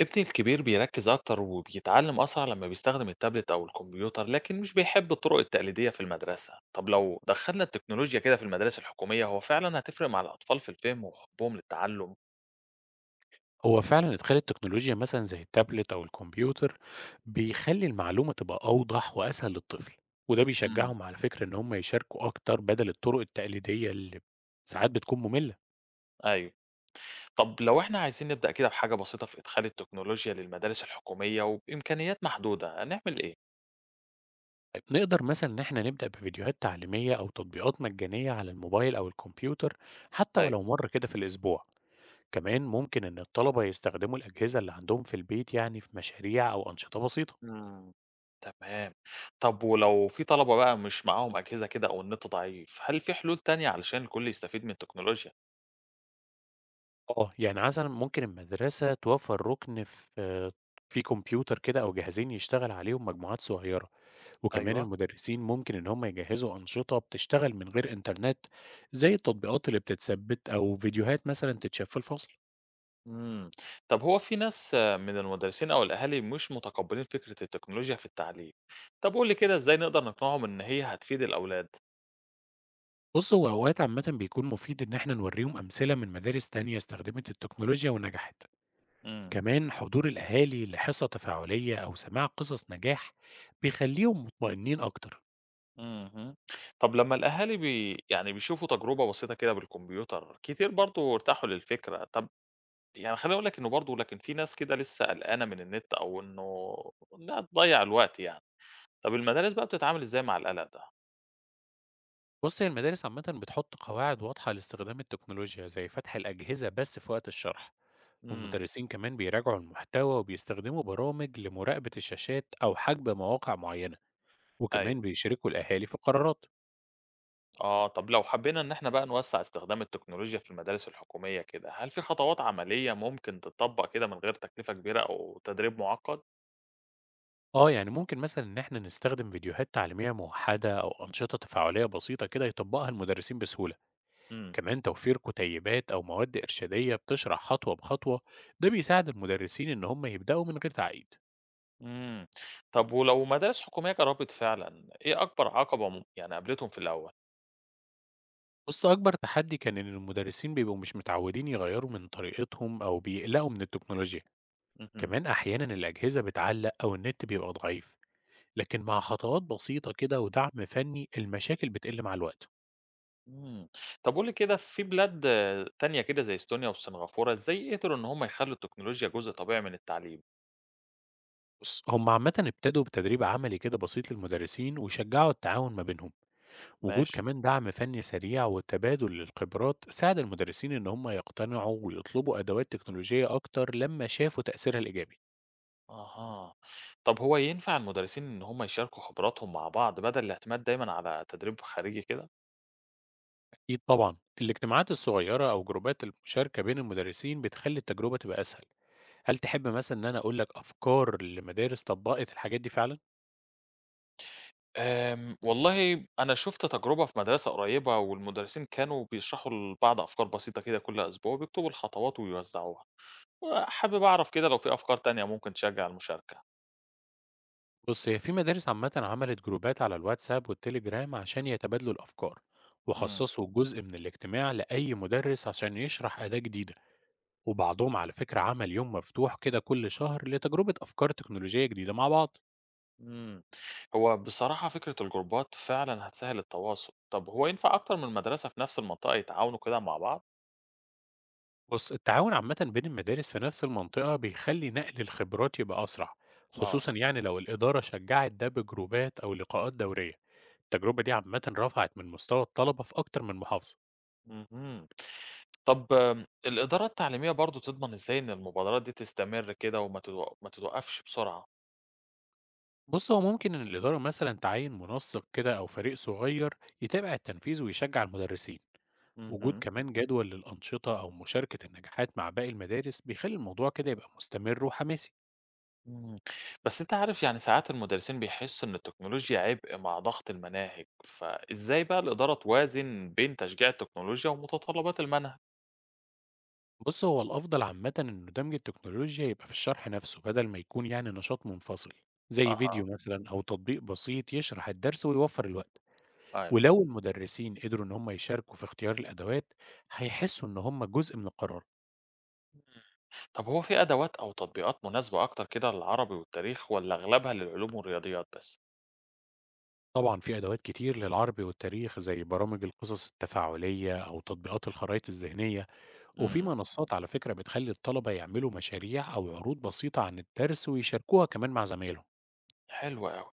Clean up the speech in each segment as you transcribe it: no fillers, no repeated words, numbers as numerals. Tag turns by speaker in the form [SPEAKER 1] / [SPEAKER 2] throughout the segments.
[SPEAKER 1] ابني الكبير بيركز أكتر وبيتعلم أسرع لما بيستخدم التابلت أو الكمبيوتر، لكن مش بيحب الطرق التقليدية في المدرسة. طب لو دخلنا التكنولوجيا كده في المدارس الحكومية، هو فعلا هتفرق مع الأطفال في الفهم وحبهم للتعلم؟
[SPEAKER 2] هو فعلا إدخال التكنولوجيا مثلا زي التابلت أو الكمبيوتر بيخلي المعلومة تبقى أوضح وأسهل للطفل، وده
[SPEAKER 1] امم
[SPEAKER 2] بيشجعهم على فكرة إن هم يشاركوا أكتر بدل الطرق التقليدية اللي ساعات بتكون مملة.
[SPEAKER 1] أيوه. طب لو إحنا عايزين نبدأ كده بحاجة بسيطة في إدخال التكنولوجيا للمدارس الحكومية وبإمكانيات محدودة، هنعمل إيه؟
[SPEAKER 2] طيب، نقدر مثلا إن احنا نبدأ بفيديوهات تعليمية أو تطبيقات مجانية على الموبايل أو الكمبيوتر، حتى
[SPEAKER 1] أيوه،
[SPEAKER 2] ولو مرة كده في الأسبوع. كمان ممكن إن الطلبة يستخدموا الأجهزة اللي عندهم في البيت، يعني في مشاريع أو أنشطة بسيطة.
[SPEAKER 1] امم، تمام. طب ولو في طلبة بقى مش معاهم أجهزة كده أو النت ضعيف، هل في حلول تانية علشان الكل يستفيد من التكنولوجيا؟
[SPEAKER 2] آه، يعني مثلًا ممكن المدرسة توفّر رُكن في كمبيوتر كده أو جهازين يشتغل عليهم مجموعات صغيّرة، وكمان
[SPEAKER 1] أيوه.
[SPEAKER 2] المدرسين ممكن إن هم يجهّزوا أنشطة بتشتغل من غير إنترنت، زي التطبيقات اللي بتتثبّت أو فيديوهات مثلًا تتشاف في الفصل.
[SPEAKER 1] إمم. طب هو في ناس من المدرسين أو الأهالي مش متقبلين فكرة التكنولوجيا في التعليم. طب قُل لي كده، إزاي نقدر نقنعهم إن هي هتفيد الأولاد؟
[SPEAKER 2] بُص، هو أوقات عامةً بيكون مفيد إن إحنا نورّيهم أمثلة من مدارس تانية استخدمت التكنولوجيا ونجحت.
[SPEAKER 1] إمم.
[SPEAKER 2] كمان حضور الأهالي لحصة تفاعلية أو سماع قصص نجاح بيخلّيهم مطمئنين أكتر.
[SPEAKER 1] اهم. طب لمّا الأهالي بي يعني بيشوفوا تجربة بسيطة كده بالكمبيوتر، كتير برضه ارتاحوا للفكرة. طب يعني خلّيني أقول لك إنه برضه لكن في ناس كده لسه قلقانة من النت، أو إنها تضيّع الوقت يعني. طب المدارس بقى بتتعامل إزاي مع القلق ده؟
[SPEAKER 2] بُص، هي المدارس عامةً بتحط قواعد واضحة لاستخدام التكنولوجيا، زي فتح الأجهزة بس في وقت الشرح،
[SPEAKER 1] إمم.
[SPEAKER 2] والمدرسين كمان بيراجعوا المحتوى وبيستخدموا برامج لمراقبة الشاشات أو حجب مواقع معينة،
[SPEAKER 1] أيوه.
[SPEAKER 2] وكمان بيشاركوا الأهالي في القرارات.
[SPEAKER 1] آه، طب لو حبينا إن إحنا بقى نوسّع استخدام التكنولوجيا في المدارس الحكومية كده، هل في خطوات عملية ممكن تتطبّق كده من غير تكلفة كبيرة أو تدريب مُعقّد؟
[SPEAKER 2] آه، يعني ممكن مثلًا إن إحنا نستخدم فيديوهات تعليمية موحدة أو أنشطة تفاعلية بسيطة كده يطبقها المدرسين بسهولة،
[SPEAKER 1] إمم.
[SPEAKER 2] كمان توفير كتيبات أو مواد إرشادية بتشرح خطوة بخطوة، ده بيساعد المدرسين إن هم يبدأوا من غير تعقيد.
[SPEAKER 1] إمم. طب ولو مدارس حكومية جرّبت فعلًا، إيه أكبر عقبة م يعني قابلتهم في الأول؟
[SPEAKER 2] بُص، أكبر تحدي كان إن المدرسين بيبقوا مش متعودين يغيّروا من طريقتهم أو بيقلقوا من التكنولوجيا،
[SPEAKER 1] اهم.
[SPEAKER 2] كمان أحيانًا الأجهزة بتعلّق أو النت بيبقى ضعيف، لكن مع خطوات بسيطة كده ودعم فني المشاكل بتقل مع الوقت.
[SPEAKER 1] إمم. طب قُل لي كده، في بلاد تانية كده زي إستونيا وسنغافورة، إزاي قدروا إن هم يخلّوا التكنولوجيا جزء طبيعي من التعليم؟
[SPEAKER 2] بُص، هم عامةً ابتدوا بتدريب عملي كده بسيط للمدرسين وشجعوا التعاون ما بينهم، وجود
[SPEAKER 1] ماشي.
[SPEAKER 2] كمان دعم فني سريع وتبادل للخبرات ساعد المدرسين إن هم يقتنعوا ويطلبوا أدوات تكنولوجية أكتر لمّا شافوا تأثيرها الإيجابي.
[SPEAKER 1] أها. طب هو ينفع المدرسين إن هم يشاركوا خبراتهم مع بعض بدل الاعتماد دايمًا على تدريب خارجي كده؟
[SPEAKER 2] أكيد طبعا الاجتماعات الصغيرة أو جروبات المشاركة بين المدرسين بتخلي التجربة تبقى أسهل. هل تحب مثلا إن أنا أقول لك أفكار لمدارس طبقت الحاجات دي فعلا؟
[SPEAKER 1] آمم، والله أنا شُفت تجربة في مدرسة قريّبة، والمدرسين كانوا بيشرحوا لبعض أفكار بسيطة كده كل أسبوع، وبيكتبوا الخطوات ويوزّعوها، وحابب أعرف كده لو في أفكار تانية ممكن تشجّع المشاركة.
[SPEAKER 2] بص، هي في مدارس عامة عملت جروبات على الواتساب والتليجرام عشان يتبادلوا الأفكار،
[SPEAKER 1] إمم.
[SPEAKER 2] وخصصوا جزء من الاجتماع لأي مدرس عشان يشرح أداة جديدة. وبعضهم على فكرة عمل يوم مفتوح كده كل شهر لتجربة أفكار تكنولوجية جديدة مع بعض.
[SPEAKER 1] إمم. هو بصراحة فكرة الجروبات فعلًا هتسهّل التواصل. طب هو ينفع أكتر من مدرسة في نفس المنطقة يتعاونوا كده مع بعض؟
[SPEAKER 2] بص، التعاون عامة بين المدارس في نفس المنطقة بيخلي نقل الخبرات يبقى أسرع،
[SPEAKER 1] آه.
[SPEAKER 2] خصوصا يعني لو الإدارة شجعت ده بجروبات أو لقاءات دورية. التجربة دي عامة رفعت من مستوى الطلبة في أكتر من محافظة.
[SPEAKER 1] اهم. طب آمم، الإدارة التعليمية برضه تضمن إزاي إن المبادرات دي تستمر كده وما تتوق ما تتوقّفش بسرعة؟
[SPEAKER 2] بص، هو ممكن إن الإدارة مثلا تعين منسق كده أو فريق صغير يتابع التنفيذ ويشجع المدرسين. وجود
[SPEAKER 1] اهم.
[SPEAKER 2] كمان جدول للأنشطة أو مشاركة النجاحات مع باقي المدارس بيخلي الموضوع كده يبقى مستمر وحماسي.
[SPEAKER 1] إمم. بس أنت عارف يعني ساعات المدرسين بيحسّوا إن التكنولوجيا عبء مع ضغط المناهج، فإزاي بقى الإدارة توازن بين تشجيع التكنولوجيا ومتطلبات المنهج؟
[SPEAKER 2] بص، هو الأفضل عامة إنه دمج التكنولوجيا يبقى في الشرح نفسه بدل ما يكون يعني نشاط منفصل، زي
[SPEAKER 1] أها.
[SPEAKER 2] فيديو مثلا أو تطبيق بسيط يشرح الدرس ويوفر الوقت.
[SPEAKER 1] أيوه.
[SPEAKER 2] ولو المدرسين قدروا إن هم يشاركوا في اختيار الأدوات، هيحسوا إن هم جزء من القرار.
[SPEAKER 1] طب هو في أدوات أو تطبيقات مناسبة أكتر كده للعربي والتاريخ، والّا أغلبها للعلوم والرياضيات بس؟
[SPEAKER 2] طبعا في أدوات كتير للعربي والتاريخ زي برامج القصص التفاعلية أو تطبيقات الخرائط الذهنية، وفي
[SPEAKER 1] إمم.
[SPEAKER 2] منصات على فكرة بتخلي الطلبة يعملوا مشاريع أو عروض بسيطة عن الدرس ويشاركوها كمان مع زمايلهم.
[SPEAKER 1] حلو أوي.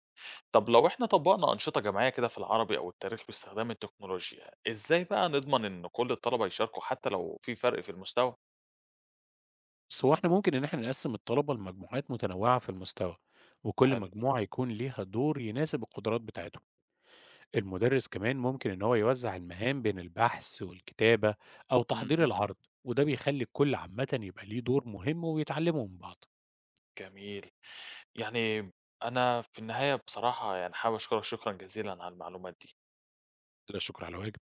[SPEAKER 1] طب لو إحنا طبّقنا أنشطة جماعية كده في العربي أو التاريخ باستخدام التكنولوجيا، إزاي بقى نضمن إن كل الطلبة يشاركوا حتى لو في فرق في المستوى؟
[SPEAKER 2] بس هو إحنا ممكن إن إحنا نقسّم الطلبة لمجموعات متنوعة في المستوى، وكل
[SPEAKER 1] حلو.
[SPEAKER 2] مجموعة يكون ليها دور يناسب القدرات بتاعتهم. المدرس كمان ممكن إن هو يوزع المهام بين البحث والكتابة أو تحضير
[SPEAKER 1] اهم.
[SPEAKER 2] العرض، وده بيخلي الكل عامةً يبقى ليه دور مهم ويتعلموا من بعض.
[SPEAKER 1] جميل. يعني أنا في النهاية بصراحة يعني حابب أشكرك شكرًا جزيلًا على المعلومات دي.
[SPEAKER 2] لا شكر على واجب.